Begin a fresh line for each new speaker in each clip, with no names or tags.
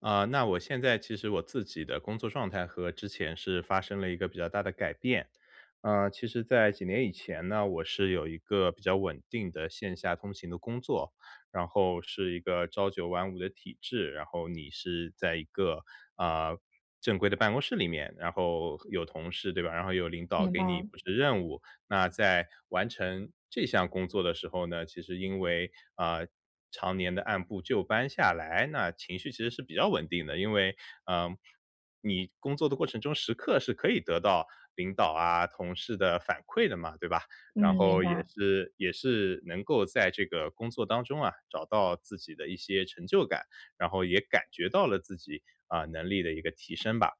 那我现在其实我自己的工作状态和之前是发生了一个比较大的改变。其实在几年以前呢，我是有一个比较稳定的线下通勤的工作，然后是一个朝九晚五的体制，然后你是在一个啊正规的办公室里面，然后有同事对吧？然后有领导
明
给你
白，
布置任务，那在完成这项工作的时候呢，其实因为，常年的按部就班下来，那情绪其实是比较稳定的。因为，嗯，呃你工作的过程中时刻是可以得到领导啊、同事的反馈的嘛，对吧？然
嗯，明
后也
白，
是也是能够在这个工作当中啊，找到自己的一些成就感，然后也感觉到了自己，能力的一个提升吧。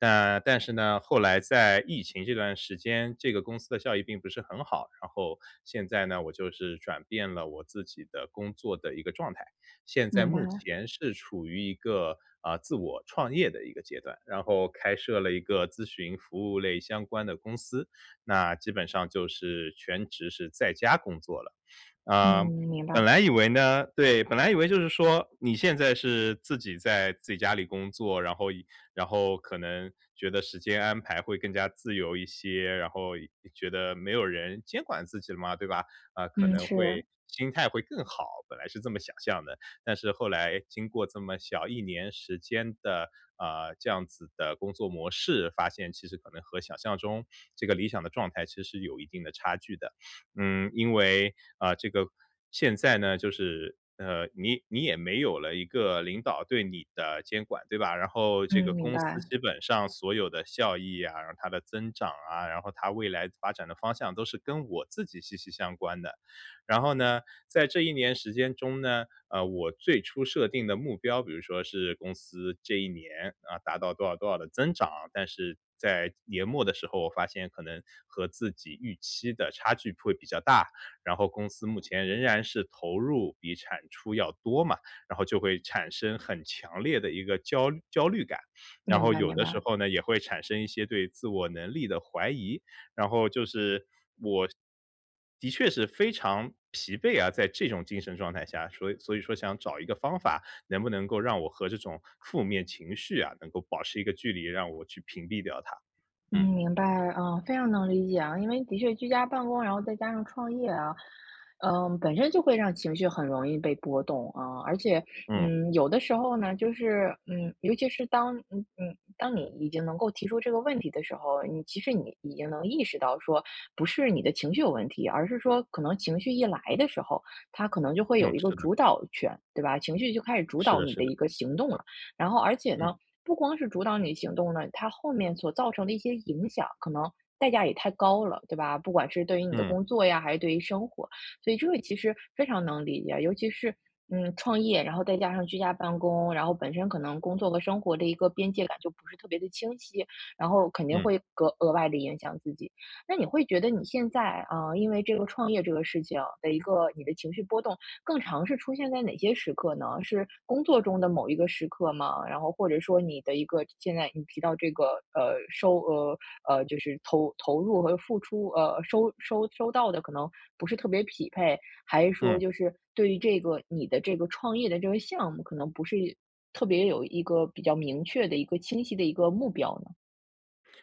那但是呢，后来在疫情这段时间，这个公司的效益并不是很好，然后现在呢，我就是转变了我自己的工作的一个状态。现在
明白，
目前是处于一个，自我创业的一个阶段，然后开设了一个咨询服务类相关的公司，那基本上就是全职是在家工作了。
嗯，
啊，
明
本
白，
来以为呢，对，本来以为就是说你现在是自己在自己家里工作，然后以然后可能觉得时间安排会更加自由一些，然后也觉得没有人监管自己了嘛，对吧？啊，可
嗯，
能
是，
会心态会更好，本来是这么想象的。但是后来经过这么小一年时间的，这样子的工作模式，发现其实可能和想象中这个理想的状态其实是有一定的差距的。嗯，因为，这个现在呢，就是，你也没有了一个领导对你的监管，对吧？然后这
嗯，
个
明
公司
白，
基本上所有的效益啊，然后它的增长啊，然后它未来发展的方向都是跟我自己息息相关的。然后呢，在这一年时间中呢，我最初设定的目标，比如说是公司这一年达到多少多少的增长，但是在年末的时候，我发现可能和自己预期的差距会比较大，然后公司目前仍然是投入比产出要多嘛，然后就会产生很强烈的一个焦虑感，然
明
后
白，
有
明
的时
白。
候呢也会产生一些对自我能力的怀疑，然后就是的确是非常疲惫啊，在这种精神状态下，所以说想找一个方法，能不能够让我和这种负面情绪啊，能够保持一个距离，让我去屏蔽掉它。
嗯，
嗯。
明白，嗯，非常能理解啊，因为的确居家办公，然后再加上创业啊，本身就会让情绪很容易被波动啊，而且，
嗯。
有的时候呢，就是，尤其是当，当你已经能够提出这个问题的时候，其实你已经能意识到说，不是你的情绪有问题，而是说可能情绪一来的时候，它可能就会
嗯，
有一个
是的，
主导权，对吧？情绪就开始主
是
导
的，
你
是
的
的。
一个行动了。然后而且
嗯。
呢，不光是主导你行动呢，它后面所造成的一些影响，可能代价也太高了，对吧？不管是对于你的
嗯。
工作呀，还是对于生活，所以这个其实非常能理解，尤其是。创业，然后再加上居家办公，然后本身可能工作和生活的一个边界感就不是特别的清晰，然后肯定
嗯。
会格额外的影响自己。那你会觉得你现在因为这个创业这个事情的一个你的情绪波动，更常是出现在哪些时刻呢？是工作中的某一个时刻吗？然后或者说你的一个现在你提到这个，呃，收呃就是投入和付出，收到的可能不是特别匹配，还是说
嗯。
就是对于这个你的这个创业的这个项目，可能不是特别有一个比较明确的一个清晰的一个目标呢？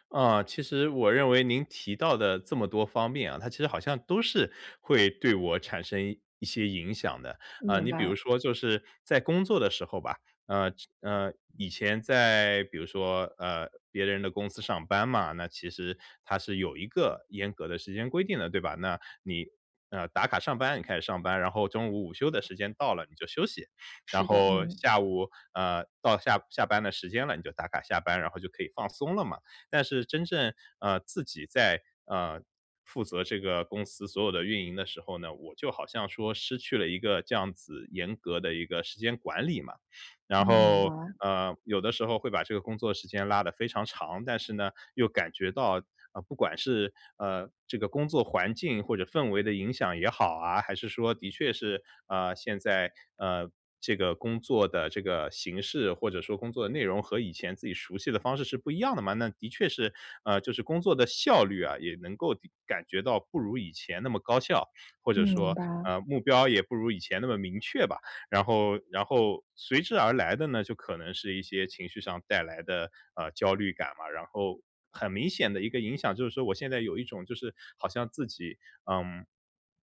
啊，其实我认为您提到的这么多方面啊，它其实好像都是会对我产生一些影响的。啊，
明
你比
白，
如说就是在工作的时候吧，呃，以前在比如说，别人的公司上班嘛，那其实它是有一个严格的时间规定的，对吧？那你，打卡上班，你开始上班，然后中午午休的时间到了，你就休息。然
是的，
后
嗯
下午，到下班的时间了，你就打卡下班，然后就可以放松了嘛。但是真正，自己在，负责这个公司所有的运营的时候呢，我就好像说失去了一个这样子严格的一个时间管理嘛。然
啊，明白，
后，有的时候会把这个工作时间拉得非常长，但是呢，又感觉到，不管是，这个工作环境或者氛围的影响也好啊，还是说的确是，现在，这个工作的这个形式，或者说工作的内容和以前自己熟悉的方式是不一样的嘛，那的确是，就是工作的效率啊，也能够地感觉到不如以前那么高效，或者
嗯，明
说，
白，
目标也不如以前那么明确吧。然后随之而来的呢，就可能是一些情绪上带来的，焦虑感嘛。然后很明显的一个影响就是说我现在有一种就是好像自己，嗯，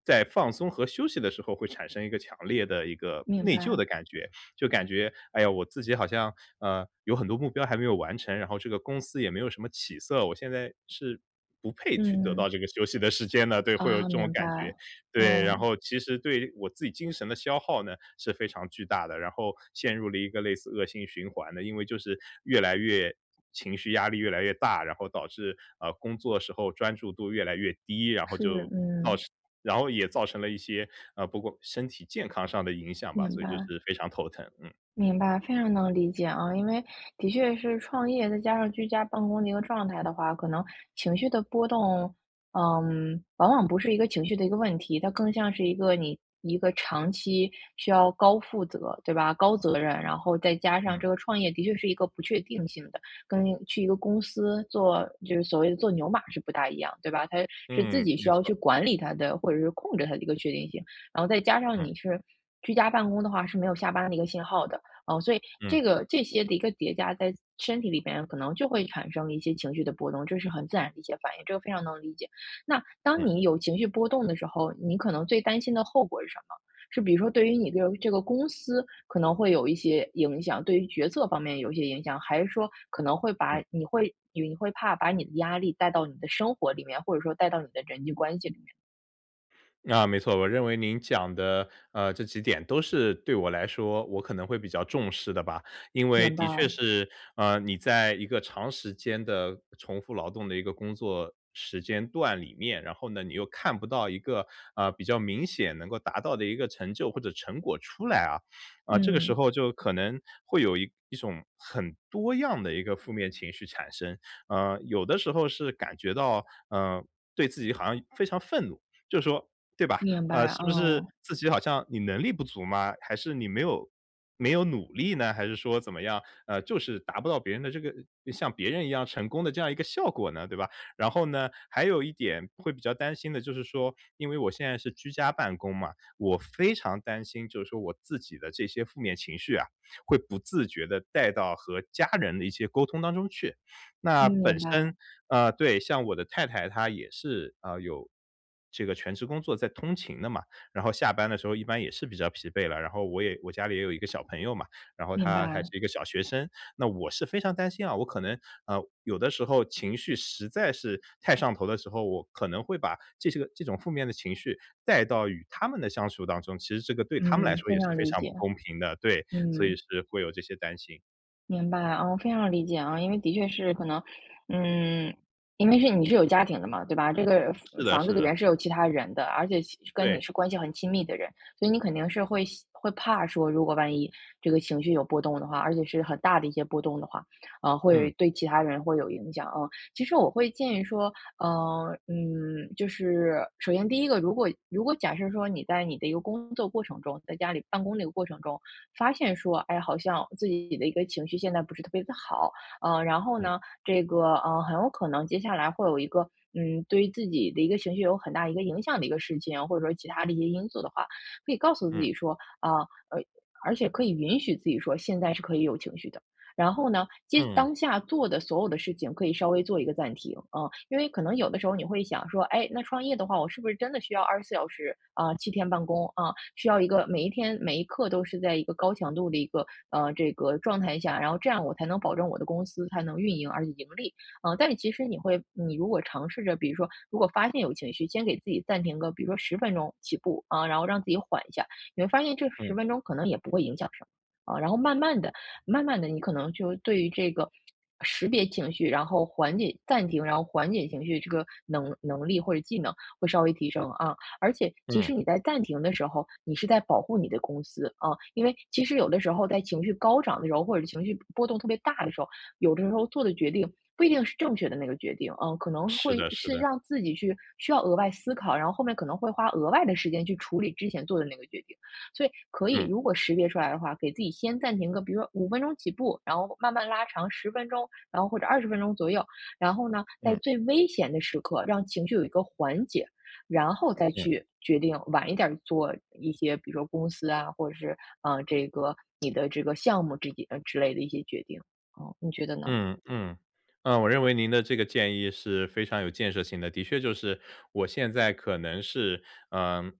在放松和休息的时候会产生一个强烈的一个
明
内疚的
白，
感觉。就感觉，哎呀，我自己好像，有很多目标还没有完成，然后这个公司也没有什么起色，我现在是不配去得到
嗯，
这个休息的时间的，对，会有
啊，
这种
明白，
感觉。对，然
嗯。
后其实对我自己精神的消耗呢，是非常巨大的，然后陷入了一个类似恶性循环的。因为就是越来越情绪压力越来越大，然后导致，工作时候专注度越来越低，然后
是，
就
嗯，
然后也造成了一些，不过身体健康上的影响吧，
明
所以就
白。
是非常头疼。嗯。
明白，非常能理解啊，因为的确是创业，再加上居家办公的一个状态的话，可能情绪的波动，往往不是一个情绪的一个问题，它更像是一个你一个长期需要高负责，对吧？高责任，然后再加上
嗯。
这个创业的确是一个不确定性的，跟去一个公司做就是所谓的做牛马是不大一样，对吧？它是自
嗯，
己
没
需要
错。
去管理它的，或者是控制它的一个确定性，然后再加上
嗯。
你是。居家办公的话是没有下班的一个信号的，哦，所以
嗯。
这个这些的一个叠加在身体里边，可能就会产生一些情绪的波动，这是很自然的一些反应，这个非常能理解。那当
嗯。
你有情绪波动的时候，你可能最担心的后果是什么？是比如说对于你这个公司可能会有一些影响，对于决策方面有一些影响，还是说可能会把
嗯。
你会你你会怕把你的压力带到你的生活里面，或者说带到你的人际关系里面？
啊，没错，我认为您讲的，这几点都是对我来说，我可能会比较重视的吧。因为
明
的确
白，
是，你在一个长时间的重复劳动的一个工作时间段里面，然后呢，你又看不到一个，比较明显能够达到的一个成就或者成果出来啊，啊，这个时
嗯，
候就可能会有一种很多样的一个负面情绪产生。有的时候是感觉到，对自己好像非常愤怒，就是说，对吧？
明白，
是不是
嗯，
自己好像你能力不足吗？还是你没有努力呢？还是说怎么样，就是达不到别人的这个像别人一样成功的这样一个效果呢，对吧？然后呢，还有一点会比较担心的就是说，因为我现在是居家办公嘛，我非常担心就是说我自己的这些负面情绪啊，会不自觉的带到和家人的一些沟通当中去。那
嗯，
本
明白，
身，对，像我的太太她也是，有这个全职工作在通勤的嘛，然后下班的时候一般也是比较疲惫了，然后我家里也有一个小朋友嘛，然后
明
他还
白，
是一个小学生，那我是非常担心啊，我可能，有的时候情绪实在是太上头的时候，我可能会把这些个这种负面的情绪带到与他们的相处当中，其实这个对他们来
嗯，
说也
非
是
常
非
理
常
解。
不公平的，对，所以
嗯，
是会有这些担心。
明白，啊，我非常理解啊，因为的确是可能，嗯，因为你是有家庭的嘛，对吧？这个
是
房
的
房子
是
里
的。
边是有其他人的，而且跟你
对。
是关系很亲密的人，所以你肯定是会怕说，如果万一这个情绪有波动的话，而且是很大的一些波动的话，会
嗯。
对其他人会有影响啊。其实我会建议说，就是首先第一个，如果假设说你在你的一个工作过程中，在家里办公的一个过程中。发现说，哎，好像自己的一个情绪现在不是特别的好，然后
嗯。
呢，这个很有可能接下来会有一个。对于自己的一个情绪有很大一个影响的一个事情，或者说其他的一些因素的话，可以告诉自
嗯。
己说，呃，而且可以允许自己说，现在是可以有情绪的。然后呢，接
嗯。
当下做的所有的事情可以稍微做一个暂停，啊，因为可能有的时候你会想说，哎，那创业的话，我是不是真的需要24小时啊，7天办公啊，需要一个每一天每一刻都是在一个高强度的一个这个状态下，然后这样我才能保证我的公司才能运营而且盈利，但是其实你会，你如果尝试着，比如说如果发现有情绪，先给自己暂停个，比如说十分钟起步啊，然后让自己缓一下，你会发现这
嗯。
十分钟可能也不会影响什么。啊，然后慢慢的，慢慢的，你可能就对于这个识别情绪，然后缓解暂停，然后缓解情绪这个能力或者技能会稍微提升啊。而且其
嗯，
实你在暂停的时候，你是在保护你的公司啊，因为其实有的时候在情绪高涨的时候，或者情绪波动特别大的时候，有的时候做的决定不一定是正确的那个决定，可能
是
会
的是
是
的。
让自己去需要额外思考，然后后面可能会花额外的时间去处理之前做的那个决定。所以可以，
嗯。
如果识别出来的话，给自己先暂停个，比如说五分钟起步，然后慢慢拉长十分钟，然后或者20分钟左右，然后呢，在
嗯。
最危险的时刻让情绪有一个缓解，然后再
嗯。
去决定晚一点儿做一些，比如说公司啊，或者是啊这个你的这个项目之间之类的一些决定。哦，你觉得呢？
嗯。嗯，嗯，我认为您的这个建议是非常有建设性的。的确就是我现在可能是嗯，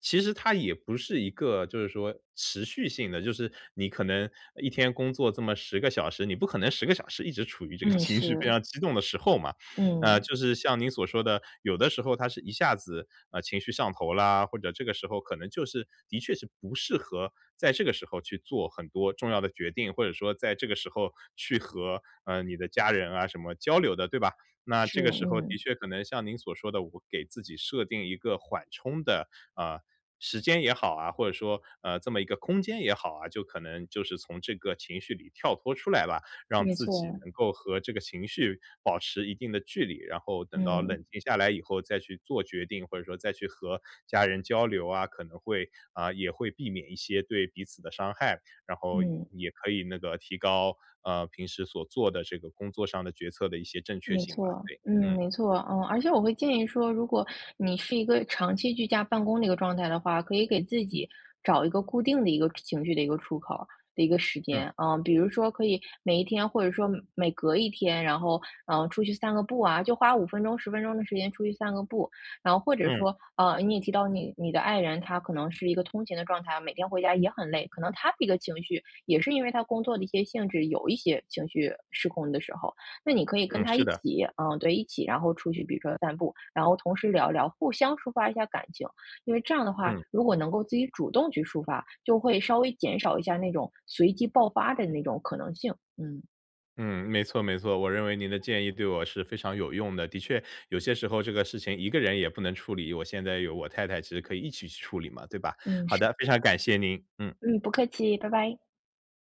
其实它也不是一个就是说持续性的，就是你可能一天工作这么十个小时，你不可能十个小时一直处于这个
嗯，
情绪
是，
非常激动的时候嘛。
嗯，
就是像您所说的，有的时候他是一下子，情绪上头啦，或者这个时候可能就是的确是不适合在这个时候去做很多重要的决定，或者说在这个时候去和，你的家人啊什么交流的，对吧？那这
是，
个时候的
嗯，
确可能像您所说的，我给自己设定一个缓冲的啊，时间也好啊，或者说，这么一个空间也好啊，就可能就是从这个情绪里跳脱出来吧。让
没
自己
错，
能够和这个情绪保持一定的距离，然后等到冷
嗯
静下来以后再去做决定，或者说再去和家人交流啊，可能会啊，也会避免一些对彼此的伤害，然后
嗯。
也可以那个提高，平时所做的这个工作上的决策的一些正确
没
性吧，
错，
对。
嗯，
嗯。
没错，嗯，而且我会建议说，如果你是一个长期居家办公的一个状态的话，可以给自己找一个固定的一个情绪的一个出口的一个时
嗯。
间，嗯，比如说可以每一天，或者说每隔一天，然后出去散个步啊，就花五分钟、十分钟的时间出去散个步，然后或者
嗯。
说，你也提到你的爱人他可能是一个通勤的状态，每天回家也很累，可能他的一个情绪也是因为他工作的一些性质有一些情绪失控的时候。那你可以跟
嗯，
他
是
一
的。
起，嗯，对，一起，然后出去，比如说散步，然后同时聊一聊，互相抒发一下感情。因为这样的话，
嗯。
如果能够自己主动去抒发，就会稍微减少一下那种随机爆发的那种可能性。嗯
嗯，没错没错，我认为您的建议对我是非常有用的。的确，有些时候这个事情一个人也不能处理，我现在有我太太，其实可以一起去处理嘛，对吧？
嗯，
好
是。
的，非常感谢您。嗯。
嗯，不客气，拜拜。